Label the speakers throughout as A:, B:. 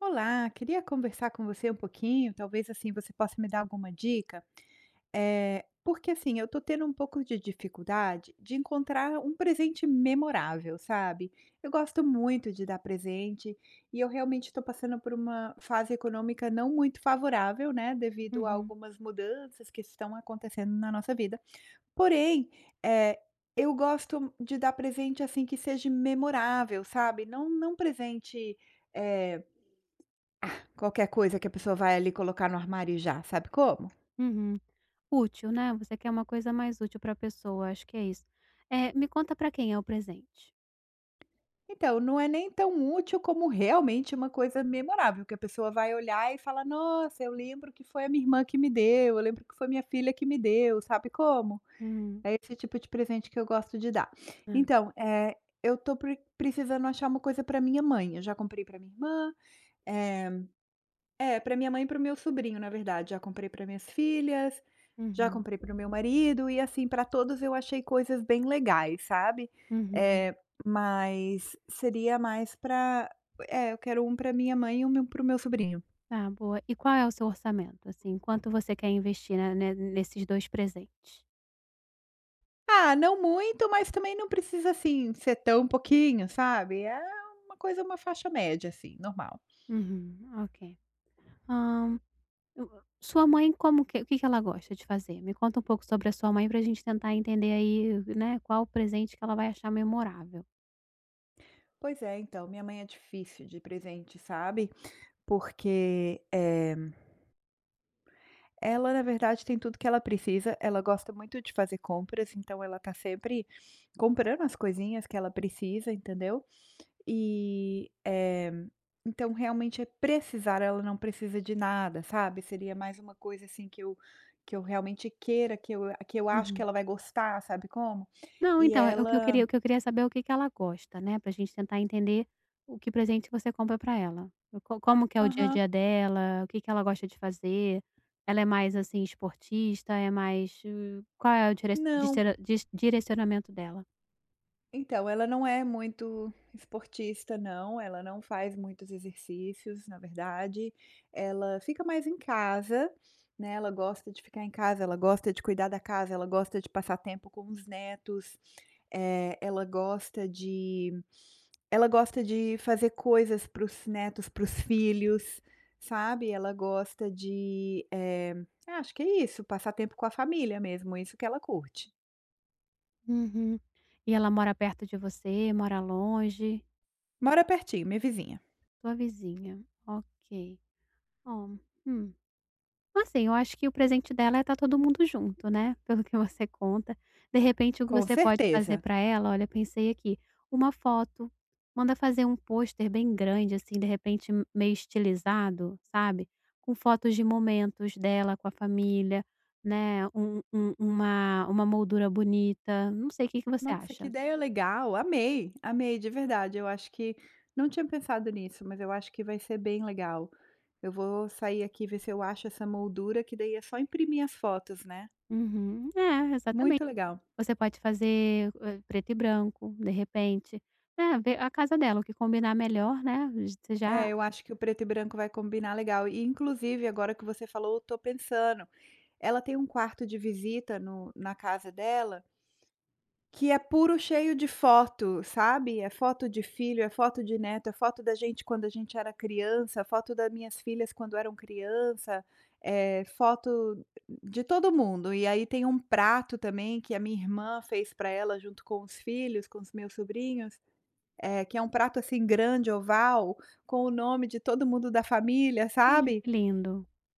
A: Olá, queria conversar com você um pouquinho, talvez assim você possa me dar alguma dica. É porque assim, eu tô tendo um pouco de dificuldade de encontrar um presente memorável, sabe? Eu gosto muito de dar presente e eu realmente estou passando por uma fase econômica não muito favorável, né? Devido a
B: Uhum,
A: algumas mudanças que estão acontecendo na nossa vida. Porém, eh, eu gosto de dar presente assim que seja memorável, sabe? Não, não presente. eh, Qualquer coisa que a pessoa vai ali colocar no armário e já, sabe como?
B: uhum. Útil, né, você quer uma coisa mais útil para a pessoa, acho que é isso. É, me conta para quem é o presente?
A: Então, não é nem tão útil como realmente uma coisa memorável, que a pessoa vai olhar e fala "Nossa, eu lembro que foi a minha irmã que me deu, eu lembro que foi minha filha que me deu", sabe como?
B: Hum,
A: É esse tipo de presente que eu gosto de dar.
B: ah,
A: Então, é, eu tô precisando achar uma coisa para minha mãe. Eu já comprei para minha irmã, eh é, para minha mãe e para o meu sobrinho, na verdade. Já comprei para minhas filhas, já
B: uhum,
A: comprei para o meu marido e, assim, para todos eu achei coisas bem legais, sabe.
B: uhum.
A: É, mas seria mais para, é, eu quero um para minha mãe e um para o meu sobrinho.
B: Tá, boa. E qual é o seu orçamento, assim, quanto você quer investir, né, ne nesses 2 presentes?
A: Ah, não muito, mas também não precisa, assim, ser tão pouquinho, sabe. É uma coisa, uma faixa média, assim, normal.
B: Uhum, ok. Hã, o sua mãe como que o que que ela gosta de fazer? Me conta um pouco sobre a sua mãe para a gente tentar entender aí, né, qual o presente que ela vai achar memorável.
A: Pois é, então, minha mãe é difícil de presente, sabe, porque, é, ela, na verdade, tem tudo que ela precisa. Ela gosta muito de fazer compras, então ela tá sempre comprando as coisinhas que ela precisa, entendeu? E, então realmente é precisar, ela não precisa de nada, sabe? Seria mais uma coisa assim que eu realmente queira, que eu acho que
B: Uhum.
A: ela vai gostar, sabe como?
B: Não,
A: E
B: então, é
A: ela:
B: o que eu queria saber é o que que ela gosta, né, pra gente tentar entender o que presente você compra pra ela. O Co Como que é o dia a
A: "Aham,
B: dia dela, o que que ela gosta de fazer, ela é mais, assim, esportista, é mais qual é o direc
A: não,
B: distera dis direcionamento dela?
A: então, ela não é muito esportista não, ela não faz muitos exercícios, na verdade, ela fica mais em casa, né, ela gosta de ficar em casa, ela gosta de cuidar da casa, ela gosta de passar tempo com os netos, eh, ela gosta de ela gosta de fazer coisas para os netos, para os filhos, sabe, ela gosta de, acho que é isso, passar tempo com a família mesmo, isso que ela curte.
B: Uhum. E ela mora perto de você, mora longe?
A: Mora pertinho, minha vizinha.
B: Sua vizinha, ok. Ó, hum. Assim, eu acho que o presente dela é estar todo mundo junto, né, pelo que você conta. De repente, o que
A: Com
B: você pode fazer
A: certeza.
B: para ela, "Olha, pensei aqui", uma foto, manda fazer um pôster bem grande, assim, de repente m meio estilizado, sabe, com fotos de momentos dela com a família, né, um uma moldura bonita, não sei, o que que você
A: Nossa, que
B: acha?
A: ideia legal, amei, amei de verdade. Eu acho que não tinha pensado nisso, mas eu acho que vai ser bem legal. Eu vou sair aqui e ver se eu acho essa moldura, que daí é só imprimir as fotos, né?
B: Uhum. É, exatamente.
A: Muito legal.
B: Você pode fazer, preto e branco, de repente, né, ver a casa dela, o que combinar melhor, né, você já.
A: É, eu acho que o preto e branco vai combinar legal. E inclusive, agora que você falou, eu tô pensando, ela tem um quarto de visita no na casa dela, que é puro cheio de foto, sabe, é foto de filho, é foto de neto, é foto da gente quando a gente era criança, foto das minhas filhas quando eram criança, é foto de todo mundo. E aí tem um prato também que a minha irmã fez para ela junto com os filhos, com os meus sobrinhos, que é um prato, assim, grande, oval, com o nome de todo mundo da família,
B: Ai,
A: sabe.
B: que lindo.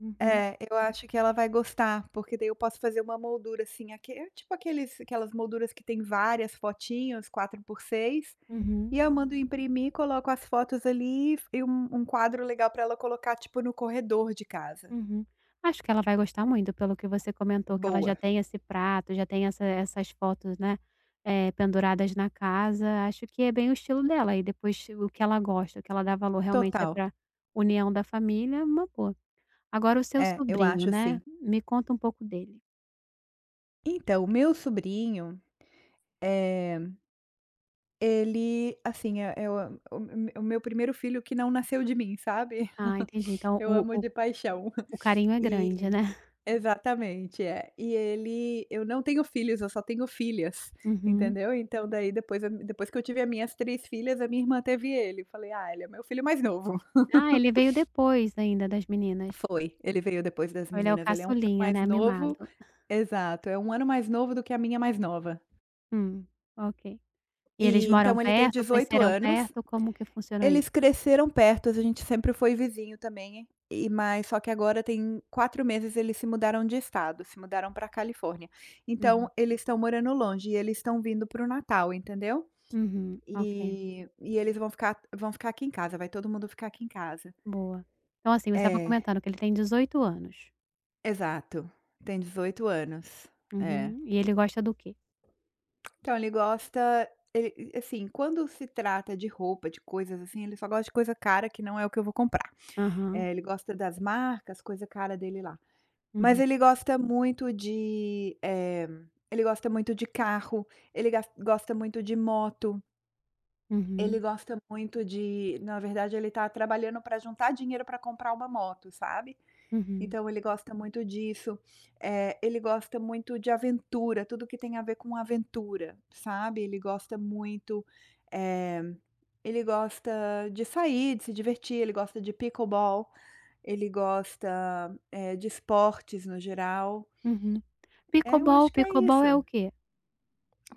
B: Uhum,
A: É, eu acho que ela vai gostar, porque daí eu posso fazer uma moldura, assim, aque é tipo aqueles aquelas molduras que tem várias fotinhos, 4 por 6,
B: uhum,
A: e eu mando imprimir, coloco as fotos ali e um quadro legal para ela colocar, tipo, no corredor de casa.
B: uhum. Acho que ela vai gostar muito, pelo que você comentou, que ela já
A: Boa,
B: tem esse prato, já tem essas fotos, né, penduradas na casa. Acho que é bem o estilo dela, e depois o que ela gosta, o que ela dá valor realmente é
A: total.
B: para união da família, uma boa. Agora o seu
A: É, eu
B: sobrinho,
A: acho
B: né,
A: assim.
B: me conta um pouco dele.
A: Então, o meu sobrinho, eh, ele, assim, é o meu primeiro filho que não nasceu de mim, sabe?
B: Ah, entendi. Então
A: Eu
B: o
A: amo
B: o
A: de paixão.
B: o carinho é grande,
A: E
B: né.
A: exatamente, é. E ele eu não tenho filhos, eu só tenho filhas,
B: Uhum.
A: entendeu. Então daí depois que eu tive a minhas 3 filhas, a minha irmã teve ele. Eu falei: "Ah, ele é meu filho mais novo".
B: Ah, ele veio depois ainda das meninas.
A: Foi, ele veio depois das
B: Ele é o
A: meninas, ele é um ano
B: caçulinha,
A: mais
B: né,
A: novo,
B: mimado.
A: exato, é um ano mais novo do que a minha mais nova.
B: Hum, ok. E eles
A: E
B: moram
A: então ele tem
B: perto,
A: 18
B: cresceram
A: anos.
B: perto, como que funcionou
A: Eles
B: isso?
A: cresceram perto, a gente sempre foi vizinho também, e mas só que agora tem 4 meses eles se mudaram de estado, se mudaram para Califórnia. Então
B: Uhum.
A: eles estão morando longe e eles estão vindo para o Natal, entendeu?
B: Uhum, ok,
A: E eles vão ficar, vão ficar aqui em casa, vai todo mundo ficar aqui em casa.
B: boa. Então, assim, você estava
A: É,
B: comentando que ele tem 18 anos.
A: exato. Tem 18 anos. É.
B: Uhum. E ele gosta do quê?
A: Então ele gosta, ele assim, quando se trata de roupa, de coisas assim, ele só gosta de coisa cara que não é o que eu vou comprar.
B: Aham.
A: Ele gosta das marcas, coisa cara dele lá. Mas
B: Uhum,
A: ele gosta muito de, ele gosta muito de carro, ele gas gosta muito de moto. Ele
B: uhum,
A: gosta muito de, na verdade, ele tá trabalhando para juntar dinheiro para comprar uma moto, sabe.
B: uhum,
A: Então ele gosta muito disso. Ele gosta muito de aventura, tudo que tem a ver com aventura, sabe. Ele gosta muito, eh, ele gosta de sair, de se divertir, ele gosta de pickleball, ele gosta, de esportes no geral.
B: uhum.
A: É, eu acho
B: Pickleball,
A: que é
B: pickleball é
A: isso.
B: o quê?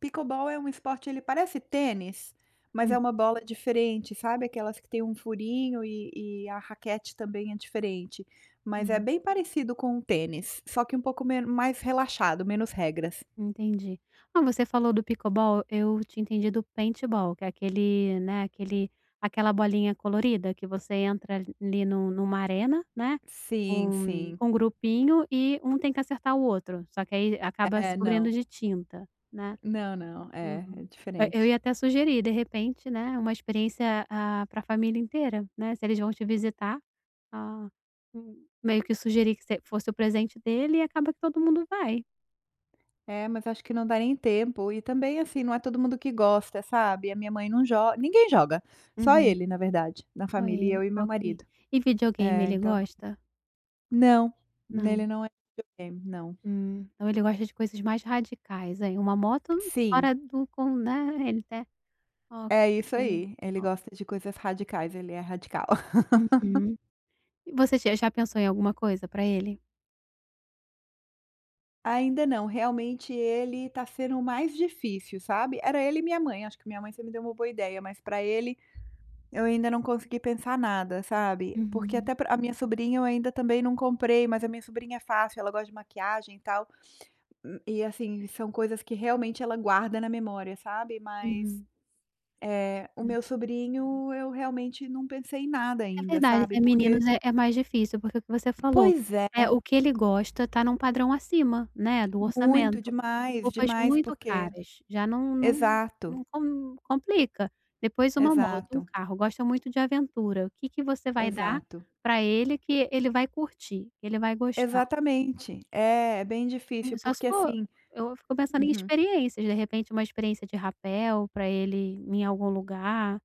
A: Pickleball é um esporte, ele parece tênis, mas é
B: Hum,
A: uma bola diferente, sabe, aquelas que tem um furinho e a raquete também é diferente, mas é
B: uhum.
A: bem parecido com o tênis, só que um pouco men mais relaxado, menos regras.
B: Entendi. Ah, você falou do pickleball, eu tinha entendido do paintball, que é aquele, né, aquele aquela bolinha colorida que você entra ali no, numa arena, né,
A: Sim,
B: com
A: sim.
B: um grupinho e um tem que acertar o outro, só que aí acaba
A: É,
B: se cobrindo
A: não.
B: de tinta, né.
A: Não, não, é,
B: Aham.
A: é
B: Eu ia
A: diferente.
B: até sugerir, de repente, né, uma experiência, ah, para a família inteira, né, se eles vão te visitar, ah, meio que sugerir que você fosse o presente dele e acaba que todo mundo vai.
A: É, mas acho que não dá nem tempo e também, assim, não é todo mundo que gosta, sabe, a minha mãe não joga, ninguém joga, só
B: Uhum.
A: ele na verdade, na
B: Só
A: família,
B: ele,
A: eu e meu
B: ok.
A: marido.
B: E videogame
A: É,
B: ele
A: então
B: gosta?
A: não,
B: Não.
A: nele não é videogame, não.
B: Então ele gosta de coisas mais radicais, aí uma moto
A: Sim,
B: fora do com né, ele até
A: é isso
B: ok.
A: aí. Ele
B: Ó,
A: gosta de coisas radicais, ele é radical.
B: uhum. E você já pensou em alguma coisa pra ele?
A: Ainda não, realmente ele tá sendo o mais difícil, sabe. Era ele e minha mãe, acho que minha mãe você me deu uma boa ideia, mas pra ele eu ainda não consegui pensar nada, sabe. Porque
B: Uhum,
A: até pra a minha sobrinha eu ainda também não comprei, mas a minha sobrinha é fácil, ela gosta de maquiagem e tal. E assim, são coisas que realmente ela guarda na memória, sabe. Mas,
B: uhum.
A: o meu sobrinho eu realmente não pensei em nada
B: É
A: ainda,
B: verdade,
A: sabe,
B: ter
A: porque
B: meninos é mais difícil, porque o que você falou,
A: pois é.
B: é o que ele gosta tá num padrão acima, né, do
A: Muito,
B: orçamento.
A: demais,
B: Roupas
A: demais,
B: muito
A: porque
B: caras, já não
A: exato,
B: complica. Depois uma moto, um
A: exato,
B: carro, gosta muito de aventura. O que que você vai dar
A: exato.
B: pra ele que ele vai curtir, que ele vai gostar?
A: Exatamente. É, é bem difícil,
B: Hum. Só se
A: porque
B: for
A: assim
B: eu fico pensando em
A: uhum.
B: experiências, de repente uma experiência de rapel pra ele em algum lugar,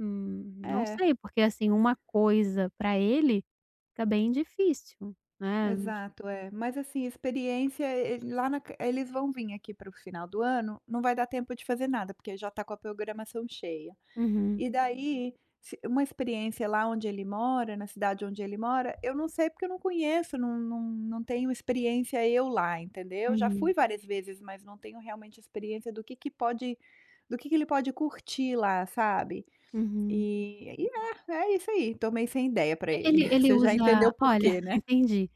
B: não
A: É,
B: sei, porque assim, uma coisa pra ele. Fica bem difícil, né.
A: exato, é. Mas assim, experiência, lá na ca eles vão vir aqui para o final do ano, não vai dar tempo de fazer nada, porque já está com a programação cheia.
B: Uhum,
A: E daí, se uma experiência lá onde ele mora, na cidade onde ele mora, eu não sei porque eu não conheço, não tenho experiência eu lá, entendeu. Já fui
B: uhum,
A: várias vezes, mas não tenho realmente experiência do que pode do que ele pode curtir lá, sabe.
B: uhum.
A: E é, é isso aí, tomei sem ideia pra
B: E
A: ele.
B: ele
A: Você já entendeu
B: usa
A: o
B: olha,
A: porquê, né.
B: entendi.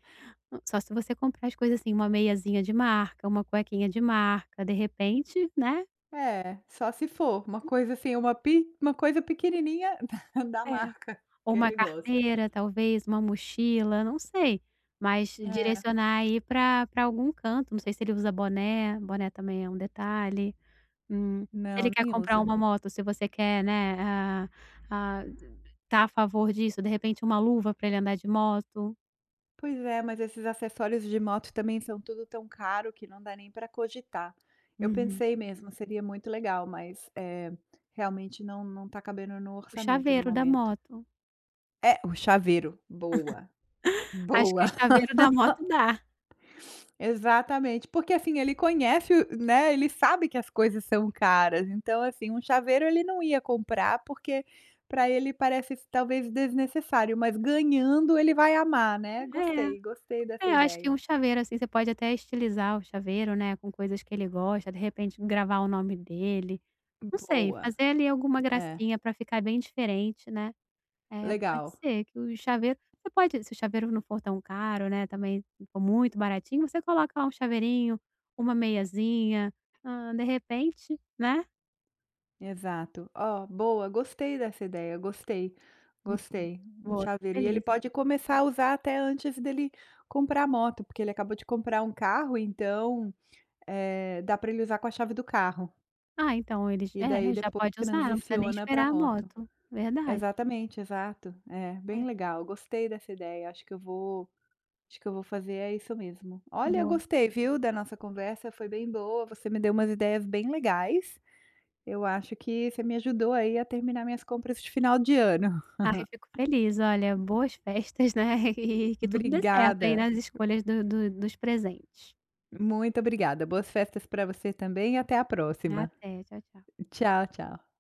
B: Só se você comprar as coisas assim, uma meiazinha de marca, uma cuequinha de marca, de repente, né.
A: É, só se for uma coisa assim, uma pi uma coisa pequenininha da
B: É.
A: marca
B: Ou
A: que
B: uma
A: ele gosta.
B: carteira, talvez, uma mochila, não sei. Mas
A: É,
B: direcionar aí pra algum canto, não sei se ele usa boné, boné também é um detalhe. Se ele
A: não,
B: quer
A: nem
B: comprar
A: usa.
B: uma moto, se você quer, né, ah ah, tá a favor disso, de repente uma luva para ele andar de moto.
A: Pois é, mas esses acessórios de moto também são tudo tão caro que não dá nem para cogitar. Eu
B: Uhum.
A: pensei mesmo, seria muito legal, mas, realmente não tá cabendo no
B: O
A: orçamento no
B: chaveiro da
A: momento.
B: moto.
A: É, o chaveiro, boa,
B: Acho que
A: boa,
B: o chaveiro da moto dá.
A: exatamente, porque assim, ele conhece o né, ele sabe que as coisas são caras, então assim, um chaveiro ele não ia comprar, porque para ele parece talvez desnecessário, mas ganhando ele vai amar, né. Gostei, gostei
B: É,
A: dessa
B: é, eu acho que
A: ideia.
B: um chaveiro, assim, você pode até estilizar o chaveiro, né, com coisas que ele gosta, de repente gravar o nome dele. Não sei,
A: Boa,
B: fazer ali alguma
A: é.
B: gracinha para ficar bem diferente, né. É, pode
A: Legal,
B: ser que o chaveiro você pode se o chaveiro não for tão caro, né, também não for muito baratinho, você coloca lá um chaveirinho, uma meiazinha, hã, de repente, né.
A: exato. Ó, boa, gostei dessa ideia, gostei, gostei. Um
B: Boa, fico
A: chaveiro. E ele
B: feliz.
A: pode começar a usar até antes dele comprar a moto, porque ele acabou de comprar um carro, então, dá para ele usar com a chave do carro,
B: Ah, então eles
A: e
B: é,
A: daí
B: já
A: depois
B: pode usar, não precisa nem
A: transiciona pra
B: esperar a
A: moto.
B: moto. Verdade.
A: Exatamente, exato. É,
B: É,
A: bem legal, gostei dessa ideia, acho que eu vou acho que eu vou fazer é isso mesmo. Olha,
B: boa.
A: gostei, viu, da nossa conversa, foi bem boa, você me deu umas ideias bem legais. Eu acho que você me ajudou aí a terminar minhas compras de final de ano.
B: Ai, fico feliz, olha, boas festas, né, e que tudo dê certo aí
A: Obrigada,
B: nas escolhas do do dos presentes.
A: muito obrigada. Boas festas para você também e até a próxima.
B: Até, tchau, tchau.
A: Tchau, tchau.